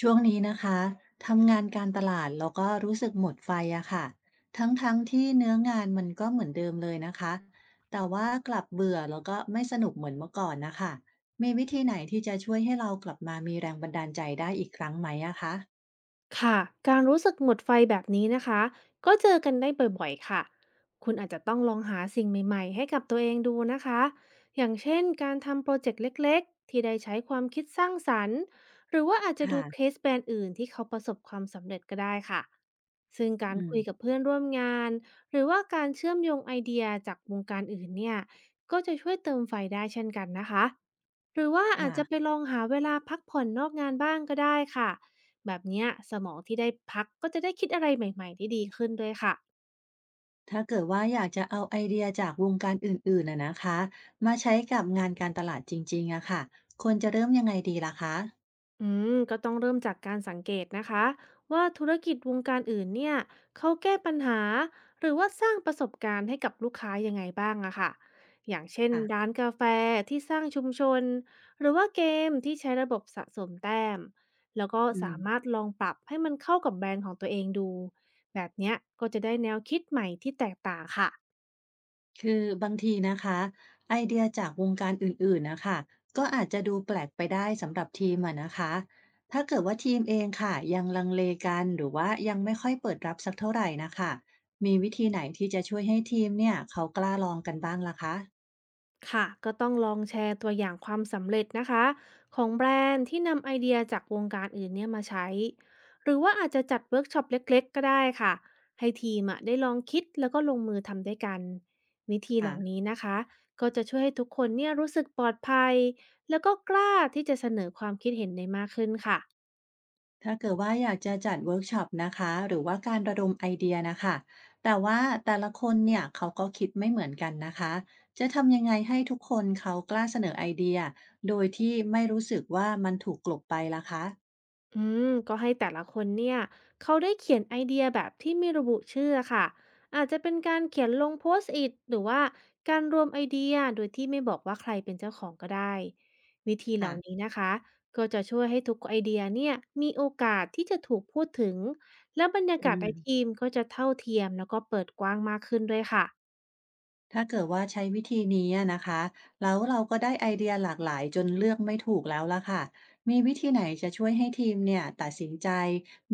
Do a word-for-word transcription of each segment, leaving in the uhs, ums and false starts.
ช่วงนี้นะคะทำงานการตลาดแล้วก็รู้สึกหมดไฟอะค่ะทั้งๆทที่เนื้องานมันก็เหมือนเดิมเลยนะคะแต่ว่ากลับเบื่อแล้วก็ไม่สนุกเหมือนเมื่อก่อนนะคะมีวิธีไหนที่จะช่วยให้เรากลับมามีแรงบันดาลใจได้อีกครั้งไหมอะคะค่ะการรู้สึกหมดไฟแบบนี้นะคะก็เจอกันได้บ่อยๆค่ะคุณอาจจะต้องลองหาสิ่งใหม่ๆให้กับตัวเองดูนะคะอย่างเช่นการทำโปรเจกต์เล็กๆที่ได้ใช้ความคิดสร้างสรรค์หรือว่าอาจจะดูค่ะเคสแบรนด์อื่นที่เขาประสบความสำเร็จก็ได้ค่ะซึ่งการอืมคุยกับเพื่อนร่วมงานหรือว่าการเชื่อมโยงไอเดียจากวงการอื่นเนี่ยก็จะช่วยเติมไฟได้เช่นกันนะคะหรือว่าอาจค่ะจะไปลองหาเวลาพักผ่อนนอกงานบ้างก็ได้ค่ะ แบบเนี้ยสมองที่ได้พักก็จะได้คิดอะไรใหม่ๆที่ดีขึ้นด้วยค่ะถ้าเกิดว่าอยากจะเอาไอเดียจากวงการอื่นๆอะนะคะมาใช้กับงานการตลาดจริงๆอะค่ะควรจะเริ่มยังไงดีล่ะคะอืมก็ต้องเริ่มจากการสังเกตนะคะว่าธุรกิจวงการอื่นเนี่ยเขาแก้ปัญหาหรือว่าสร้างประสบการณ์ให้กับลูกค้ายังไงบ้างอะค่ะอย่างเช่นค่ะร้านกาแฟที่สร้างชุมชนหรือว่าเกมที่ใช้ระบบสะสมแต้มแล้วก็อืม สามารถลองปรับให้มันเข้ากับแบรนด์ของตัวเองดูแบบเนี้ยก็จะได้แนวคิดใหม่ที่แตกต่างค่ะ คือบางทีนะคะไอเดียจากวงการอื่นๆนะคะก็อาจจะดูแปลกไปได้สำหรับทีมอะนะคะถ้าเกิดว่าทีมเองค่ะยังลังเลกันหรือว่ายังไม่ค่อยเปิดรับสักเท่าไหร่นะคะมีวิธีไหนที่จะช่วยให้ทีมเนี่ยเขากล้าลองกันบ้างล่ะคะค่ะก็ต้องลองแชร์ตัวอย่างความสำเร็จนะคะของแบรนด์ที่นำไอเดียจากวงการอื่นเนี่ยมาใช้หรือว่าอาจจะจัดเวิร์กช็อปเล็กๆก็ได้ค่ะให้ทีมอะได้ลองคิดแล้วก็ลงมือทำด้วยกันวิธีเหอ่ะ ล่านี้นะคะก็จะช่วยให้ทุกคนเนี่ยรู้สึกปลอดภัยแล้วก็กล้าที่จะเสนอความคิดเห็นได้มากขึ้นค่ะ ถ้าเกิดว่าอยากจะจัดเวิร์กช็อปนะคะหรือว่าการระดมไอเดียนะคะแต่ว่าแต่ละคนเนี่ยเขาก็คิดไม่เหมือนกันนะคะจะทำยังไงให้ทุกคนเขากล้าเสนอไอเดียโดยที่ไม่รู้สึกว่ามันถูกกลบไปล่ะคะอืมก็ให้แต่ละคนเนี่ยเขาได้เขียนไอเดียแบบที่ไม่ระบุชื่อค่ะอาจจะเป็นการเขียนลงโพสต์อิทหรือว่าการรวมไอเดียโดยที่ไม่บอกว่าใครเป็นเจ้าของก็ได้วิธีเหล่าค่ะนี้นะคะก็จะช่วยให้ทุกไอเดียเนี่ยมีโอกาสที่จะถูกพูดถึงและบรรยาอืกาศในทีมมก็จะเท่าเทียมแล้วก็เปิดกว้างมากขึ้นด้วยค่ะ ถ้าเกิดว่าใช้วิธีนี้อะนะคะแล้วเราก็ได้ไอเดียหลากหลายจนเลือกไม่ถูกแล้วล่ะค่ะมีวิธีไหนจะช่วยให้ทีมเนี่ยตัดสินใจ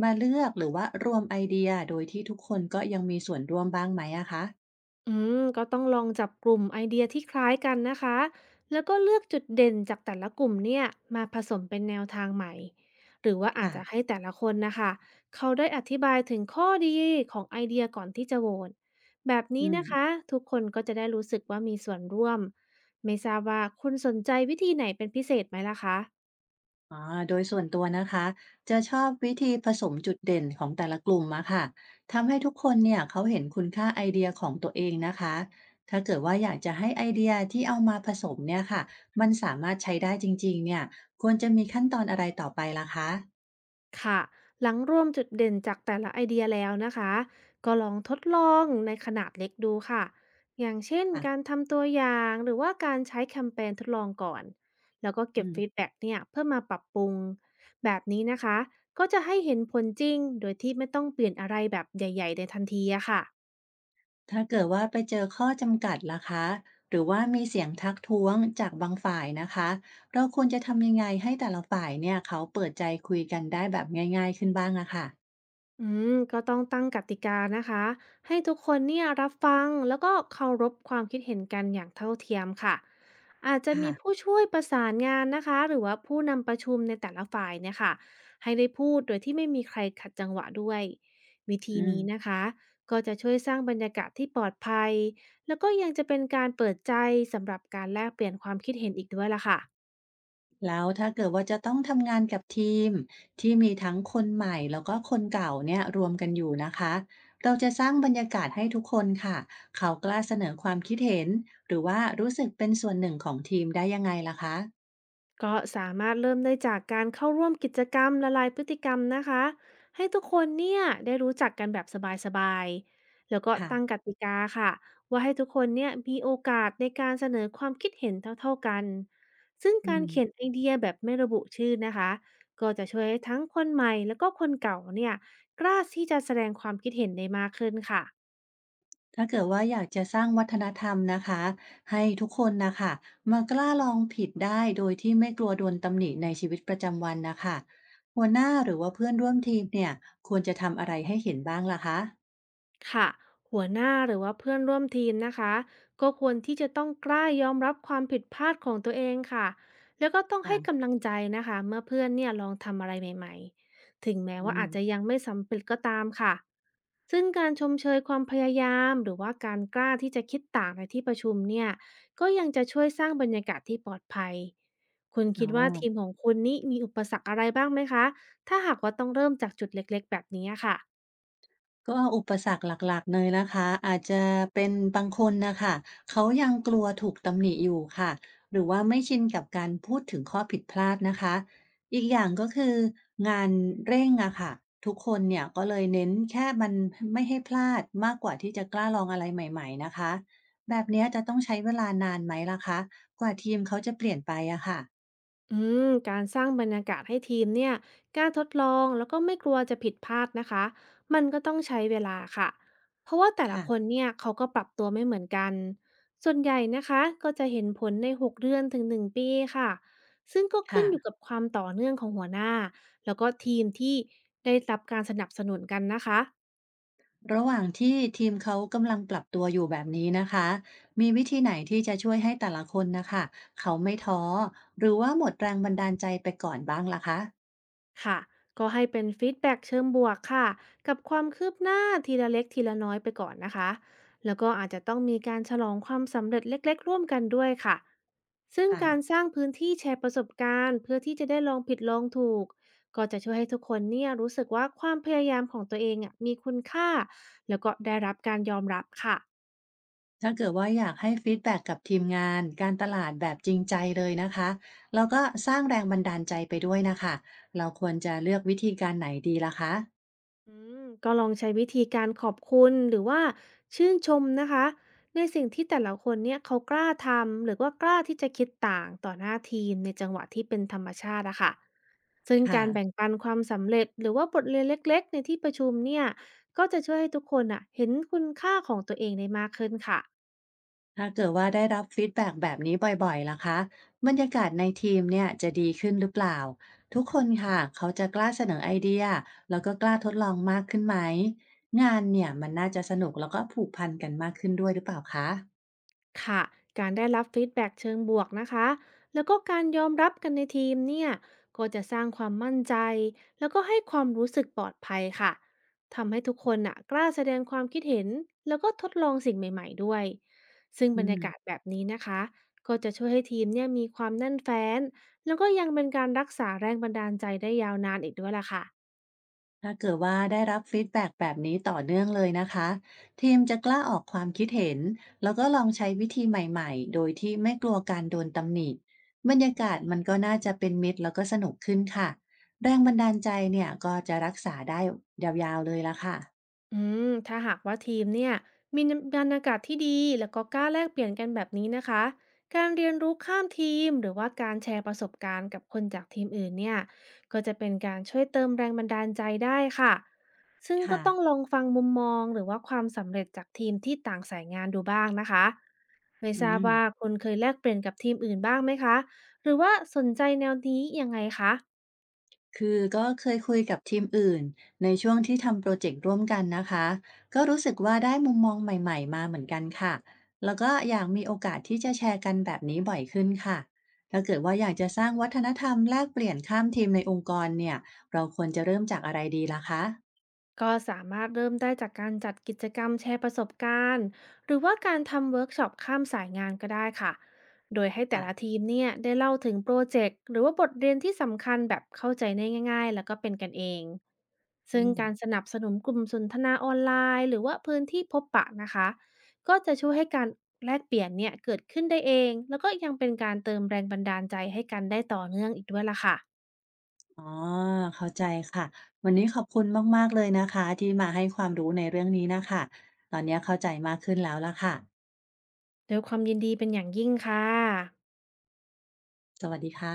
มาเลือกหรือว่ารวมไอเดียโดยที่ทุกคนก็ยังมีส่วนร่วมบ้างไหมอะคะอืมก็ต้องลองจับกลุ่มไอเดียที่คล้ายกันนะคะ แล้วก็เลือกจุดเด่นจากแต่ละกลุ่มเนี่ยมาผสมเป็นแนวทางใหม่ หรือว่าอาจจะค่ะ ให้แต่ละคนนะคะเขาได้อธิบายถึงข้อดีของไอเดียก่อนที่จะโหวตแบบอืนี้มนะคะทุกคนก็จะได้รู้สึกว่ามีส่วนร่วม ไม่ทราบว่าคุณสนใจวิธีไหนเป็นพิเศษไหมล่ะคะ อ๋อโดยส่วนตัวนะคะจะชอบวิธีผสมจุดเด่นของแต่ละกลุ่มอะค่ะทำให้ทุกคนเนี่ยเขาเห็นคุณค่าไอเดียของตัวเองนะคะถ้าเกิดว่าอยากจะให้ไอเดียที่เอามาผสมเนี่ยค่ะมันสามารถใช้ได้จริงๆเนี่ยควรจะมีขั้นตอนอะไรต่อไปล่ะคะค่ะหลังรวมจุดเด่นจากแต่ละไอเดียแล้วนะคะก็ลองทดลองในขนาดเล็กดูค่ะอย่างเช่นกาค่ะรทำตัวอย่างหรือว่าการใช้แคมเปญทดลองก่อนแล้วก็เก็อืบมฟีดแบ็กเนี่ยเพื่อมาปรับปรุงแบบนี้นะคะก็จะให้เห็นผลจริงโดยที่ไม่ต้องเปลี่ยนอะไรแบบใหญ่ๆในทันทีอะค่ะ ถ้าเกิดว่าไปเจอข้อจำกัดล่ะคะหรือว่ามีเสียงทักท้วงจากบางฝ่ายนะคะเราควรจะทำยังไงให้แต่ละฝ่ายเนี่ยเขาเปิดใจคุยกันได้แบบง่ายๆขึ้นบ้างอะค่ะอืมก็ต้องตั้งกติกานะคะให้ทุกคนเนี่ยรับฟังแล้วก็เคารพความคิดเห็นกันอย่างเท่าเทียมค่ะอาจจะมีค่ะ ผู้ช่วยประสานงานนะคะหรือว่าผู้นำประชุมในแต่ละฝ่ายเนี่ยค่ะให้ได้พูดโดยที่ไม่มีใครขัดจังหวะด้วยวิธีอืมนี้นะคะก็จะช่วยสร้างบรรยากาศที่ปลอดภัยแล้วก็ยังจะเป็นการเปิดใจสำหรับการแลกเปลี่ยนความคิดเห็นอีกด้วยล่ะค่ะ แล้วถ้าเกิดว่าจะต้องทำงานกับทีมที่มีทั้งคนใหม่แล้วก็คนเก่าเนี่ยรวมกันอยู่นะคะเราจะสร้างบรรยากาศให้ทุกคนค่ะเขากล้าเสนอความคิดเห็นหรือว่ารู้สึกเป็นส่วนหนึ่งของทีมได้ยังไงล่ะคะก็สามารถเริ่มได้จากการเข้าร่วมกิจกรรมละลายพฤติกรรมนะคะให้ทุกคนเนี่ยได้รู้จักกันแบบสบายๆแล้วก็ตั้งกค่ะติกาค่ะว่าให้ทุกคนเนี่ยมีโอกาสในการเสนอความคิดเห็นเท่าๆกันซึ่งอืการเขียนมไอเดียแบบไม่ระบุชื่อนะคะก็จะช่วยให้ทั้งคนใหม่แล้วก็คนเก่าเนี่ยกล้าที่จะแสดงความคิดเห็นได้มากขึ้นค่ะ ถ้าเกิดว่าอยากจะสร้างวัฒนธรรมนะคะให้ทุกคนนะคะมากล้าลองผิดได้โดยที่ไม่กลัวโดนตำหนิในชีวิตประจำวันนะคะหัวหน้าหรือว่าเพื่อนร่วมทีมเนี่ยควรจะทำอะไรให้เห็นบ้างล่ะคะ ค่ะหัวหน้าหรือว่าเพื่อนร่วมทีมนะคะก็ควรที่จะต้องกล้ายอมรับความผิดพลาดของตัวเองค่ะแล้วก็ต้องให้กำลังใจนะคะเมื่อเพื่อนเนี่ยลองทำอะไรใหม่ๆถึงแม้อืว่ามอาจจะยังไม่สำเร็จก็ตามค่ะซึ่งการชมเชยความพยายามหรือว่าการกล้าที่จะคิดต่างในที่ประชุมเนี่ยก็ยังจะช่วยสร้างบรรยากาศที่ปลอดภัยคุณอ๋คิอดว่าทีมของคุณนี้มีอุปสรรคอะไรบ้างไหมคะถ้าหากว่าต้องเริ่มจากจุดเล็กๆแบบนี้ค่ะ ก็อุปสรรคหลักๆเลยนะคะอาจจะเป็นบางคนน่ะค่ะเขายังกลัวถูกตำหนิอยู่ค่ะหรือว่าไม่ชินกับการพูดถึงข้อผิดพลาดนะคะอีกอย่างก็คืองานเร่งอะค่ะทุกคนเนี่ยก็เลยเน้นแค่มันไม่ให้พลาดมากกว่าที่จะกล้าลองอะไรใหม่ๆนะคะแบบเนี้ยจะต้องใช้เวลานานไหมล่ะคะกว่าทีมเขาจะเปลี่ยนไปอะค่ะอืมการสร้างบรรยากาศให้ทีมเนี่ยกล้าทดลองแล้วก็ไม่กลัวจะผิดพลาดนะคะมันก็ต้องใช้เวลาค่ะเพราะว่าแต่ละค่ะคนเนี่ยเขาก็ปรับตัวไม่เหมือนกันส่วนใหญ่นะคะก็จะเห็นผลในหกเดือนถึงหนึ่งปีค่ะซึ่งก็ขึ้นอยู่ค่ะ กับความต่อเนื่องของหัวหน้าแล้วก็ทีมที่ได้รับการสนับสนุนกันนะคะ ระหว่างที่ทีมเขากำลังปรับตัวอยู่แบบนี้นะคะ มีวิธีไหนที่จะช่วยให้แต่ละคนนะคะเขาไม่ท้อหรือว่าหมดแรงบันดาลใจไปก่อนบ้างล่ะคะค่ะก็ให้เป็นฟีดแบ็กเชิงบวกค่ะกับความคืบหน้าทีละเล็กทีละน้อยไปก่อนนะคะแล้วก็อาจจะต้องมีการฉลองความสำเร็จเล็กๆร่วมกันด้วยค่ะซึ่งการสค่ะร้างพื้นที่แชร์ประสบการณ์เพื่อที่จะได้ลองผิดลองถูกก็จะช่วยให้ทุกคนเนี่ยรู้สึกว่าความพยายามของตัวเองอะมีคุณค่าแล้วก็ได้รับการยอมรับค่ะ ถ้าเกิดว่าอยากให้ฟีดแบ็กกับทีมงานการตลาดแบบจริงใจเลยนะคะแล้วก็สร้างแรงบันดาลใจไปด้วยนะคะเราควรจะเลือกวิธีการไหนดีล่ะคะอืมก็ลองใช้วิธีการขอบคุณหรือว่าชื่นชมนะคะในสิ่งที่แต่ละคนเนี่ยเขากล้าทำหรือว่ากล้าที่จะคิดต่างต่อหน้าทีมในจังหวะที่เป็นธรรมชาติอะค่ะซึ่งค่ะ การแบ่งปันความสำเร็จหรือว่าบทเรียนเล็กๆในที่ประชุมเนี่ยก็จะช่วยให้ทุกคนอะเห็นคุณค่าของตัวเองได้มากขึ้นค่ะ ถ้าเกิดว่าได้รับฟีดแบ็กแบบนี้บ่อยๆล่ะคะบรรยากาศในทีมเนี่ยจะดีขึ้นหรือเปล่าทุกคนค่ะเขาจะกล้าเสนอไอเดียแล้วก็กล้าทดลองมากขึ้นไหมงานเนี่ยมันน่าจะสนุกแล้วก็ผูกพันกันมากขึ้นด้วยหรือเปล่าคะค่ะการได้รับฟีดแบ็กเชิงบวกนะคะแล้วก็การยอมรับกันในทีมเนี่ยก็จะสร้างความมั่นใจ แล้วก็ให้ความรู้สึกปลอดภัยค่ะทำให้ทุกคนน่ะกล้าแสดงความคิดเห็น แล้วก็ทดลองสิ่งใหม่ๆด้วย ซึ่งบรอืรม ยากาศแบบนี้นะคะก็จะช่วยให้ทีมเนี่ยมีความแน่นแฟ้นแล้วก็ยังเป็นการรักษาแรงบันดาลใจได้ยาวนานอีกด้วยล่ะค่ะ ถ้าเกิดว่าได้รับฟีดแบ็กแบบนี้ต่อเนื่องเลยนะคะทีมจะกล้าออกความคิดเห็นแล้วก็ลองใช้วิธีใหม่ๆโดยที่ไม่กลัวการโดนตำหนิบรรยากาศมันก็น่าจะเป็นมิตรแล้วก็สนุกขึ้นค่ะแรงบันดาลใจเนี่ยก็จะรักษาได้ยาวๆเลยละค่ะอืมถ้าหากว่าทีมเนี่ยมีบรรยากาศที่ดีแล้วก็กล้าแลกเปลี่ยนกันแบบนี้นะคะการเรียนรู้ข้ามทีมหรือว่าการแชร์ประสบการณ์กับคนจากทีมอื่นเนี่ยก็จะเป็นการช่วยเติมแรงบันดาลใจได้ค่ะซึ่งก็ค่ะต้องลองฟังมุมมองหรือว่าความสำเร็จจากทีมที่ต่างสายงานดูบ้างนะคะไม่อืทราบม ว่าคุณเคยแลกเปลี่ยนกับทีมอื่นบ้างไหมคะหรือว่าสนใจแนวนี้ยังไงคะ คือก็เคยคุยกับทีมอื่นในช่วงที่ทำโปรเจกต์ร่วมกันนะคะก็รู้สึกว่าได้มุมมองใหม่ๆมาเหมือนกันค่ะแล้วก็อยากมีโอกาสที่จะแชร์กันแบบนี้บ่อยขึ้นค่ะถ้าเกิดว่าอยากจะสร้างวัฒนธรรมแลกเปลี่ยนข้ามทีมในองค์กรเนี่ยเราควรจะเริ่มจากอะไรดีล่ะคะก็สามารถเริ่มได้จากการจัดกิจกรรมแชร์ประสบการณ์หรือว่าการทำเวิร์กช็อปข้ามสายงานก็ได้ค่ะ โดยให้แต่อ่ะละทีมเนี่ยได้เล่าถึงโปรเจกต์หรือว่าบทเรียนที่สำคัญแบบเข้าใจได้ง่ายๆแล้วก็เป็นกันเอง อืซึ่งมการสนับสนุนกลุ่มสนทนาออนไลน์หรือว่าพื้นที่พบปะนะคะก็จะช่วยให้การแลกเปลี่ยนเนี่ยเกิดขึ้นได้เองแล้วก็ยังเป็นการเติมแรงบันดาลใจให้กันได้ต่อเนื่องอีกด้วยล่ะค่ะอ๋อเข้าใจค่ะวันนี้ขอบคุณมากๆเลยนะคะที่มาให้ความรู้ในเรื่องนี้นะคะตอนนี้เข้าใจมากขึ้นแล้วล่ะค่ะด้วยความยินดีเป็นอย่างยิ่งค่ะสวัสดีค่ะ